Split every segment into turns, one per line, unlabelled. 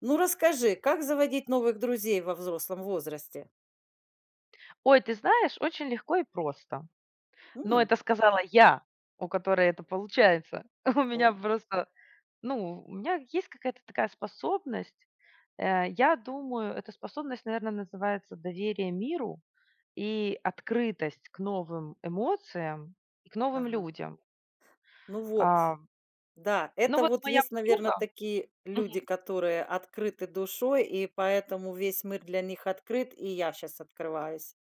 Ну, расскажи, как заводить новых друзей во взрослом возрасте?
Ой, ты знаешь, очень легко и просто. Но
М,
это сказала я, у которой это получается. У
о,
меня просто, ну, у меня есть какая-то такая способность. Я думаю, эта способность, наверное, называется доверие миру и открытость к новым эмоциям и к новым
ага.
людям.
Ну вот,
А,
да,
ну
это
вот
вот
моя
есть, наверное,
подруга.
такие люди, которые открыты душой, и поэтому весь мир для них открыт, и я сейчас открываюсь.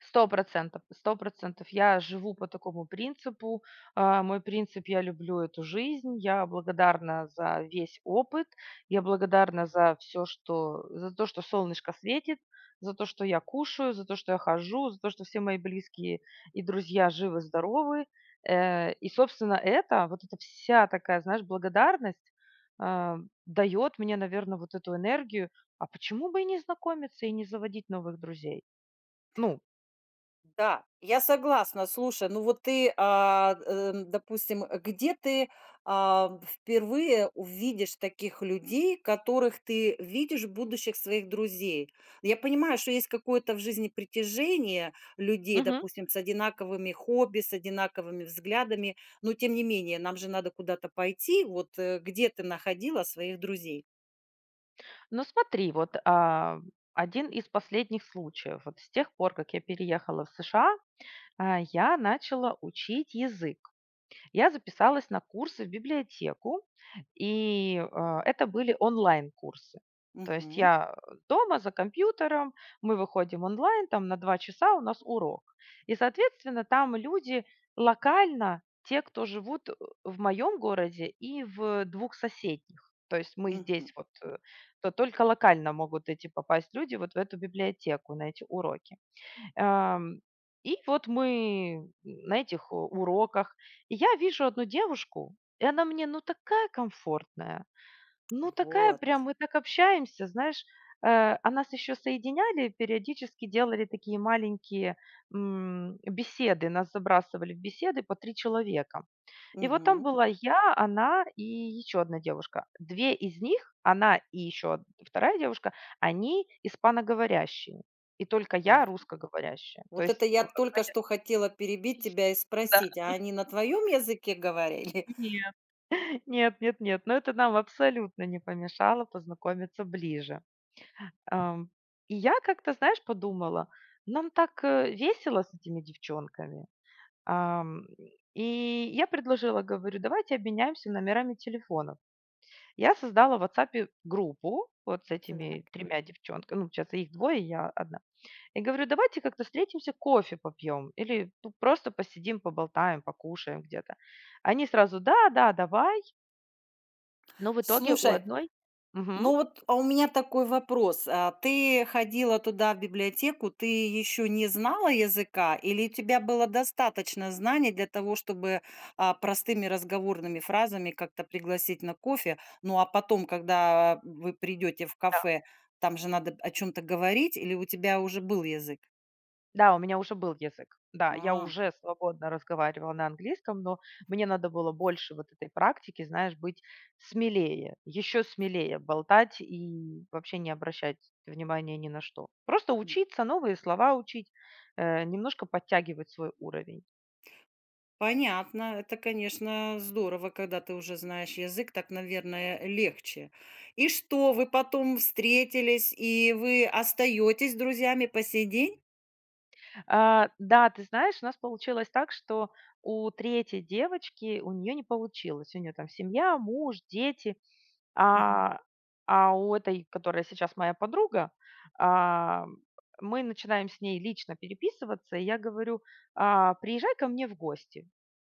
Сто процентов, сто процентов. Я живу по такому принципу. Мой принцип: я люблю эту жизнь, я благодарна за весь опыт, я благодарна за все что за то, что солнышко светит, за то, что я кушаю, за то, что я хожу, за то, что все мои близкие и друзья живы-здоровы. И, собственно, это, вот эта вся такая, знаешь, благодарность, а, даёт мне, наверное, вот эту энергию. Почему бы и не знакомиться, и не заводить новых друзей? Ну,
Да, я согласна. Слушай, ну вот ты, допустим, где ты впервые увидишь таких людей, которых ты видишь будущих своих друзей? Я понимаю, что есть какое-то в жизни притяжение людей,
мгм.
допустим, с одинаковыми хобби, с одинаковыми взглядами, но тем не менее, нам же надо куда-то пойти. Вот, где ты находила своих друзей?
Ну смотри, вот, один из последних случаев. Вот с тех пор, как я переехала в США, я начала учить язык. Я записалась на курсы в библиотеку, и, это были онлайн-курсы. То есть
Мгм.
я дома за компьютером, мы выходим онлайн, там на 2 часа у нас урок. И, соответственно, там люди локально, те, кто живут, в моем городе и в двух соседних. То есть мы здесь
Мгм.
вот, э, то только локально могут эти попасть люди вот в эту библиотеку на эти уроки. Ам, и вот мы на этих у уроках, и я вижу одну девушку, и она мне, ну, такая комфортная, ну, такая
Вот.
прям, мы так общаемся, знаешь. А нас еще соединяли, периодически делали такие маленькие беседы, нас забрасывали в беседы по 3 человека. И вот там
Мгм.
была я, она и еще одна девушка. 2 из них, она и еще од 2 девушка, они испаноговорящие, и только я русскоговорящая. То
Вот это
есть, у
я
нас
только
понятно,
что хотела перебить тебя и
да.
спросить, а они на твоем языке говорили?
Нет, нет, нет, нет, но это нам абсолютно не помешало познакомиться ближе. Ам, и я как-то, знаешь, подумала, нам так, весело с этими девчонками. Ам, и я предложила, говорю: "Давайте обменяемся номерами телефонов". Я создала в WhatsApp группу вот с этими
Так.
тремя девчонками, ну, получается, их двое, я одна. И говорю: "Давайте как-то встретимся, кофе попьем или, ну, просто посидим, поболтаем, покушаем где-то". Они сразу: "Да, да, давай". Но в итоге у
Слушай,
одной. Мгм.
ну вот, а у меня такой вопрос. А ты ходила туда, в библиотеку, ты еще не знала языка или у тебя было достаточно знаний для того, чтобы, простыми разговорными фразами как-то пригласить на кофе? Ну, а потом, когда вы придете в
Да.
кафе, там же надо о чем-то говорить или у тебя уже был язык?
Да, у меня уже был язык. Да, я
А.
уже свободно разговаривала на английском, но мне надо было больше вот этой практики, знаешь, быть смелее, еще смелее болтать и вообще не обращать внимания ни на что. Просто учиться, новые слова учить, немножко подтягивать свой уровень.
Понятно. Это, конечно, здорово, когда ты уже знаешь язык, так, наверное, легче. И что, вы потом встретились, и вы остаетесь друзьями по сей день?
Да, ты знаешь, у нас получилось так, что у третьей девочки, у нее не получилось. У нее там семья, муж, дети.
Мгм.
А, а у этой, которая сейчас моя подруга, а, мы начинаем с ней лично переписываться, и я говорю: "Приезжай ко мне в гости".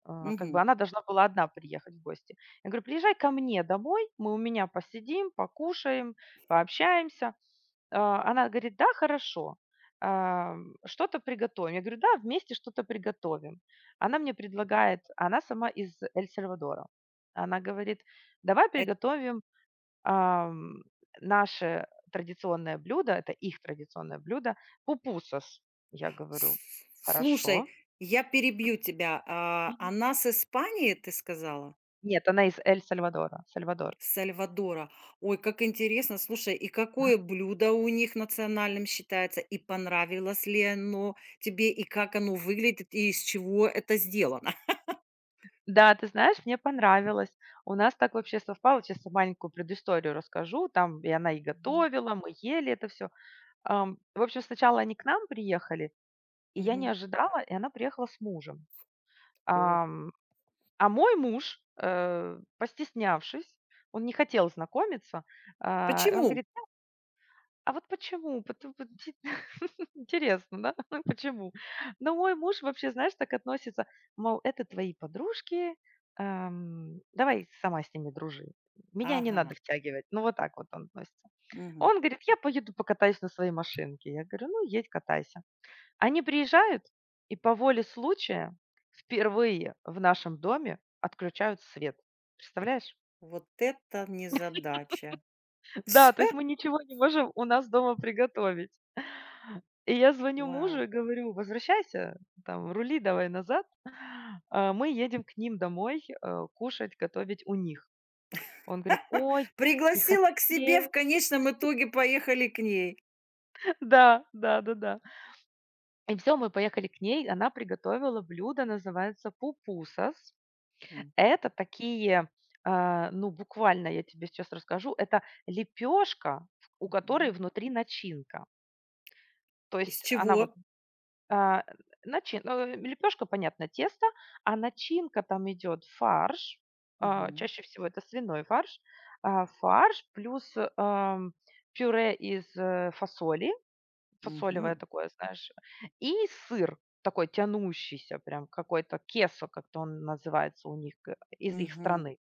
Как бы
Мгм.
она должна была одна приехать в гости. Я говорю: "Приезжай ко мне домой, мы у меня посидим, покушаем, пообщаемся". Она говорит: "Да, хорошо, что-то приготовим". Я говорю: "Да, вместе что-то приготовим". Она мне предлагает, она сама из Эль Сальвадора. Она говорит: "Давай
Эт
приготовим, Ам, наше традиционное блюдо, это их традиционное блюдо — пупусос". Я
с
говорю:
слушай,
"Хорошо".
я перебью тебя. А,
Мгм.
она с Испании, ты сказала?
Нет, она из Эль-Сальвадора, Сальвадор.
С Сальвадора. Ой, как интересно. Слушай, и какое блюдо у них национальным считается? И понравилось ли оно тебе? И как оно выглядит? И из чего это сделано?
Да, ты знаешь, мне понравилось. У нас так вообще совпало. Сейчас маленькую предысторию расскажу. Там и она и готовила, мы ели это все. В общем, сначала они к нам приехали, и я не
Мгм.
ожидала, и она приехала с мужем.
О,
Ам, а мой муж, постеснявшись, он не хотел знакомиться, и он
почему?
говорит: а вот почему? Потом вот ди Интересно, да? Ну, почему? Но мой муж вообще, знаешь, так относится, мол, это твои подружки, давай сама с ними дружи. Меня не
Ага,
надо втягивать. Ну, вот так вот он относится.
мгм.
Он говорит: "Я поеду покатаюсь на своей машинке". Я говорю: "Ну, едь, катайся". Они приезжают и по воле случая впервые в нашем доме отключают свет. Представляешь?
Вот это незадача.
Да, то есть мы ничего не можем у нас дома приготовить. И я звоню мужу
Вау.
и говорю: "Возвращайся, там, рули давай назад, мы едем к ним домой, кушать, готовить у них". Он говорит: "Ой, как не
Пригласила к себе, в
хотел".
конечном итоге поехали к ней.
Да, да-да-да. И все, мы поехали к ней, она приготовила блюдо, называется пупусос.
Мгм,
Это такие, ну, буквально я тебе сейчас расскажу, это лепешка, у которой
мгм.
внутри начинка. То
Из
есть она вот.
чего?
А, лепешка, понятно, тесто, а начинка там идет фарш,
Мгм,
чаще всего это свиной фарш, фарш плюс, пюре из, фасоли, фасолевое
мгм,
такое, знаешь, и сыр такой тянущийся, прям какой-то кесо, как-то он называется у них, из их
мгм,
страны.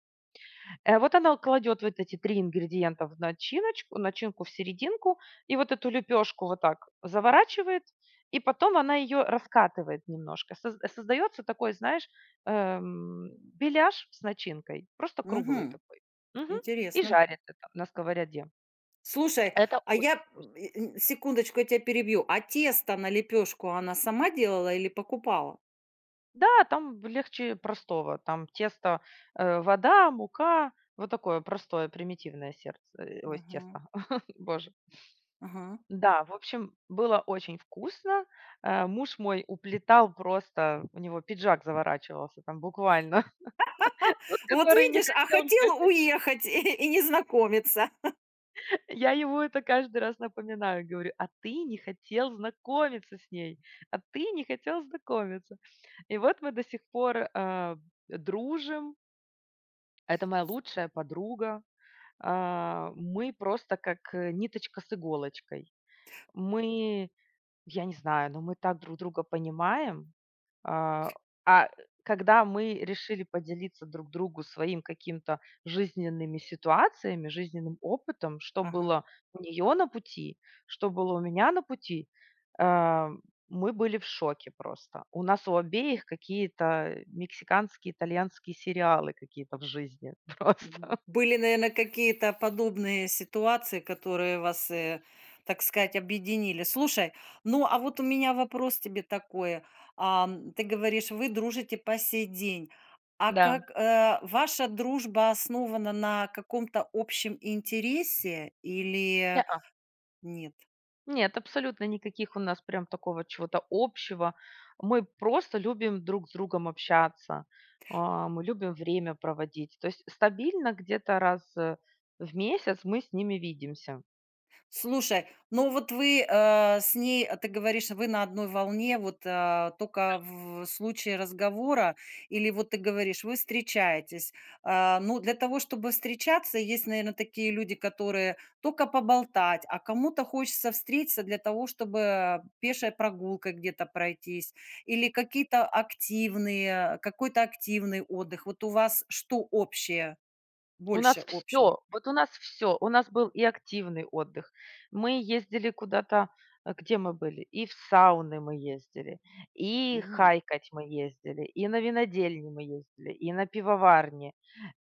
Вот она кладет вот эти 3 ингредиента в начиночку начинку, в серединку, и вот эту лепешку вот так заворачивает, и потом она ее раскатывает немножко. Создаётся такой, знаешь, эм, беляш с начинкой, просто круглый
мгм.
такой. Мгм. И
Интересно.
жарит это на сковороде.
Слушай,
Это
а
очень
я, м,
вкусно.
э, н- секундочку, я тебя перебью. А тесто на лепешку она сама делала или покупала?
Да, там легче простого. Там тесто, вода, мука, вот такое простое примитивное сердце,
Мгм,
тесто, боже.
ага.
Да, в общем, было очень вкусно. Муж мой уплетал просто, у него пиджак заворачивался там буквально. Тот,
Вот
который не
видишь, а
хотел
хотел
ехать.
уехать и не знакомиться.
Я ему это каждый раз напоминаю, говорю: "А ты не хотел знакомиться с ней, а ты не хотел знакомиться". И вот мы до сих пор, дружим. Это моя лучшая подруга. Мы просто как, ниточка с иголочкой. Мы Я не знаю, но мы так друг друга понимаем. А, а когда мы решили поделиться друг другу своим каким-то жизненными ситуациями, жизненным опытом, что
Ага.
было у нее на пути, что было у меня на пути, а, мы были в шоке просто. У нас у обеих какие-то мексиканские, итальянские сериалы какие-то в жизни.
Мгм.
Просто.
Были, наверное, какие-то подобные ситуации, которые вас, так сказать, объединили. Слушай, ну, а вот у меня вопрос тебе такой. Ты говоришь, вы дружите по сей день. А
Да.
как, ваша дружба основана на каком-то общем интересе или нет?
Нет, абсолютно никаких у нас прям такого чего-то общего. Мы просто любим друг с другом общаться, мы любим время проводить. То есть стабильно где-то раз в месяц мы с ними видимся.
Слушай, ну вот вы, с ней, ты говоришь, вы на одной волне, вот, тока в случае разговора или вот ты говоришь, вы встречаетесь. А, ну, для того, чтобы встречаться, есть, наверное, такие люди, которые только поболтать, а кому-то хочется встретиться для того, чтобы пешей прогулкой где-то пройтись или какие-то активные какой-то активный отдых. Вот у вас что общее,
У нас
больше общего?
все, вот у нас все. У нас был и активный отдых. Мы ездили куда-то, где мы были? И в сауны мы ездили, и
М,
хайкать мы ездили, и на винодельни мы ездили, и на пивоварни,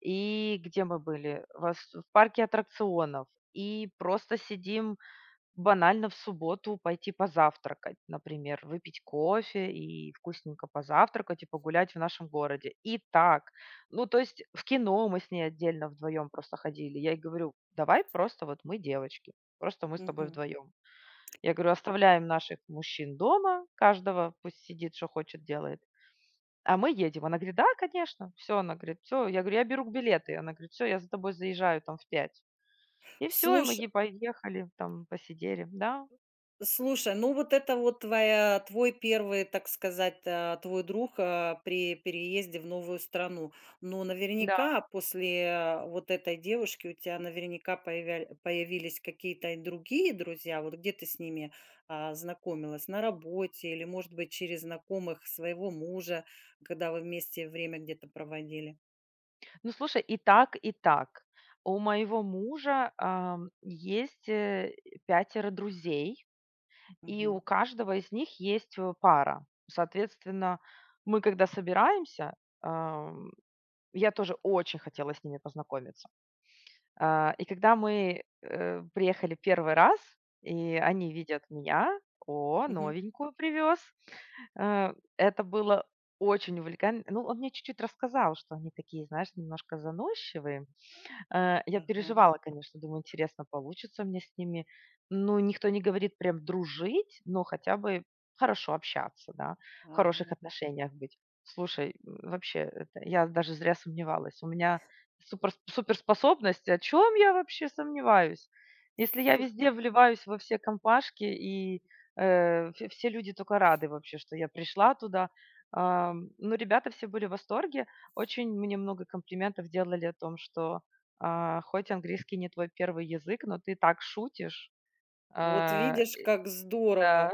и где мы были? Вас в парке аттракционов, и просто сидим. Банально в субботу пойти позавтракать, например, выпить кофе и вкусненько позавтракать и погулять в нашем городе. И так. Ну, то есть в кино мы с ней отдельно вдвоем просто ходили. Я ей говорю: "Давай просто вот мы девочки, просто мы с тобой
мгм.
вдвоем". Я говорю: "Оставляем наших мужчин дома, каждого пусть сидит, что хочет, делает, а мы едем". Она говорит: "Да, конечно". Все. Она говорит: все. Я говорю: "Я беру билеты". Она говорит: все, я за тобой заезжаю там в 5. И все, и мы
Слуш
е поехали, там посидели. Да.
Слушай, ну вот это вот твоя твой первый, так сказать, твой друг, при переезде в новую страну. Ну
Да.
наверняка после, вот этой девушки у тебя наверняка появяль появились какие-то и другие друзья. Вот где ты с ними, знакомилась? На работе или, может быть, через знакомых своего мужа, когда вы вместе время где-то проводили?
Ну, слушай, и так, и так. У моего мужа, есть, 5 друзей, и у
Мгм.
каждого из них есть, пара. Соответственно, мы когда собираемся, ам, я тоже очень хотела с ними познакомиться. И когда мы, приехали первый раз, и они видят меня: "О,
Мгм.
новенькую привез". Э, это было очень увлекательно. Ну, он мне чуть-чуть рассказал, что они такие, знаешь, немножко заносчивые. Я
Ага,
переживала, конечно, думаю, интересно, получится мне с ними. Ну, никто не говорит прям дружить, но хотя бы хорошо общаться, да, в хороших
ага.
отношениях быть. Слушай, вообще, это я даже зря сомневалась. У меня супер, суперспособность, о чем я вообще сомневаюсь? Если я везде вливаюсь во все компашки, и все люди только рады вообще, что я пришла туда. Ну, ребята все были в восторге. Очень мне много комплиментов делали о том, что, хоть английский не твой первый язык, но ты так шутишь.
Вот
А,
видишь, как здорово!
да.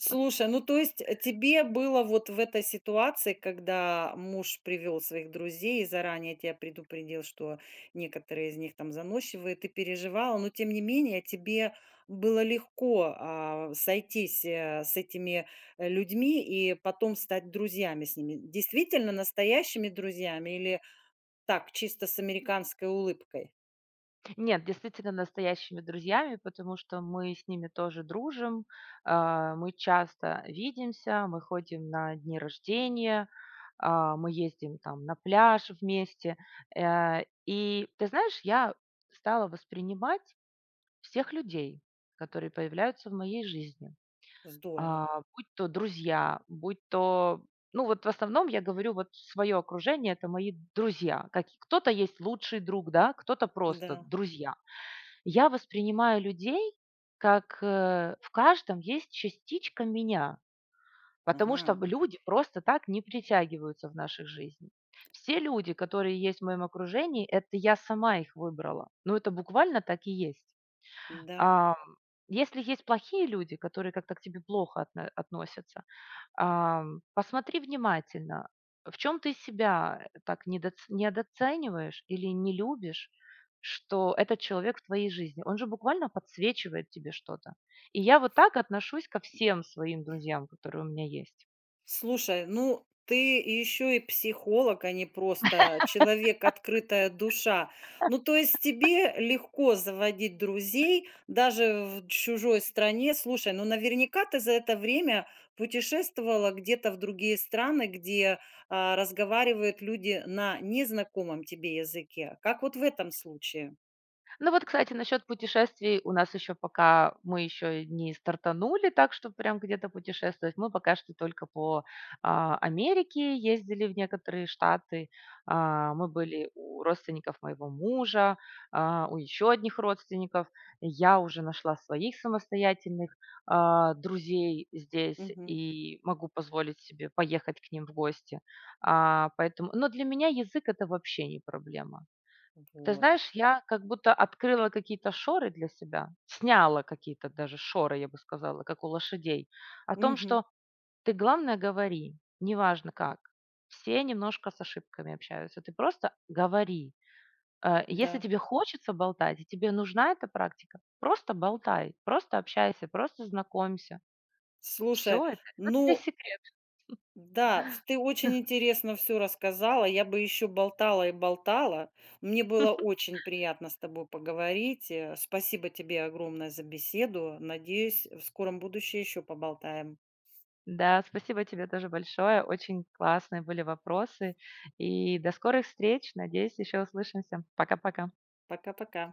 Слушай, ну то есть, тебе было вот в этой ситуации, когда муж привел своих друзей и заранее тебя предупредил, что некоторые из них там заносчивые, ты переживала, но тем не менее тебе было легко, сойтись, с этими, людьми и потом стать друзьями с ними. Действительно настоящими друзьями или так, чисто с американской улыбкой?
Нет, действительно настоящими друзьями, потому что мы с ними тоже дружим, мы часто видимся, мы ходим на дни рождения, мы ездим там на пляж вместе. И ты знаешь, я стала воспринимать всех людей, которые появляются в моей жизни.
Здорово.
Будь то друзья, будь то, ну, вот в основном я говорю, вот свое окружение — это мои друзья. Как кто-то есть лучший друг, да, кто-то просто
Да.
друзья. Я воспринимаю людей как, в каждом есть частичка меня, потому что
Ага.
люди просто так не притягиваются в наших жизнях. Все люди, которые есть в моем окружении — это я сама их выбрала. Ну, это буквально так и есть.
Да.
Ам, если есть плохие люди, которые как-то к тебе плохо относятся, Посмотри внимательно, в чем ты себя так недооцениваешь или не любишь, что этот человек в твоей жизни, он же буквально подсвечивает тебе что-то. И я вот так отношусь ко всем своим друзьям, которые у меня есть.
Слушай, ну ты еще и психолог, а не просто человек, открытая душа. Ну, то есть тебе легко заводить друзей даже в чужой стране. Слушай, ну наверняка ты за это время путешествовала где-то в другие страны, где разговаривают люди на незнакомом тебе языке. Как вот в этом случае.
Ну вот, кстати, насчет путешествий у нас еще пока мы еще не стартанули, так что прям где-то путешествовать. Мы пока что только по Америке ездили в некоторые штаты. Мы были у родственников моего мужа, у еще одних родственников. Я уже нашла своих самостоятельных друзей здесь
Мгм.
и могу позволить себе поехать к ним в гости. Поэтому, но для меня язык это вообще не проблема. Ты
Вот.
знаешь, я как будто открыла какие-то шоры для себя, сняла какие-то даже шоры, я бы сказала, как у лошадей, о том,
Мгм.
что ты, главное, говори, неважно как. Все немножко с ошибками общаются, ты просто говори. Если
Да.
тебе хочется болтать, и тебе нужна эта практика, просто болтай, просто общайся, просто знакомься. Все
Слушай,
это
ну
секрет.
Да, в ты очень интересно все рассказала. Я бы еще болтала и болтала. Мне было очень приятно с тобой поговорить. Спасибо тебе огромное за беседу. Надеюсь, в скором будущем еще поболтаем.
Да, спасибо тебе тоже большое. Очень классные были вопросы. И до скорых встреч. Надеюсь, еще услышимся. Пока-пока.
Пока-пока.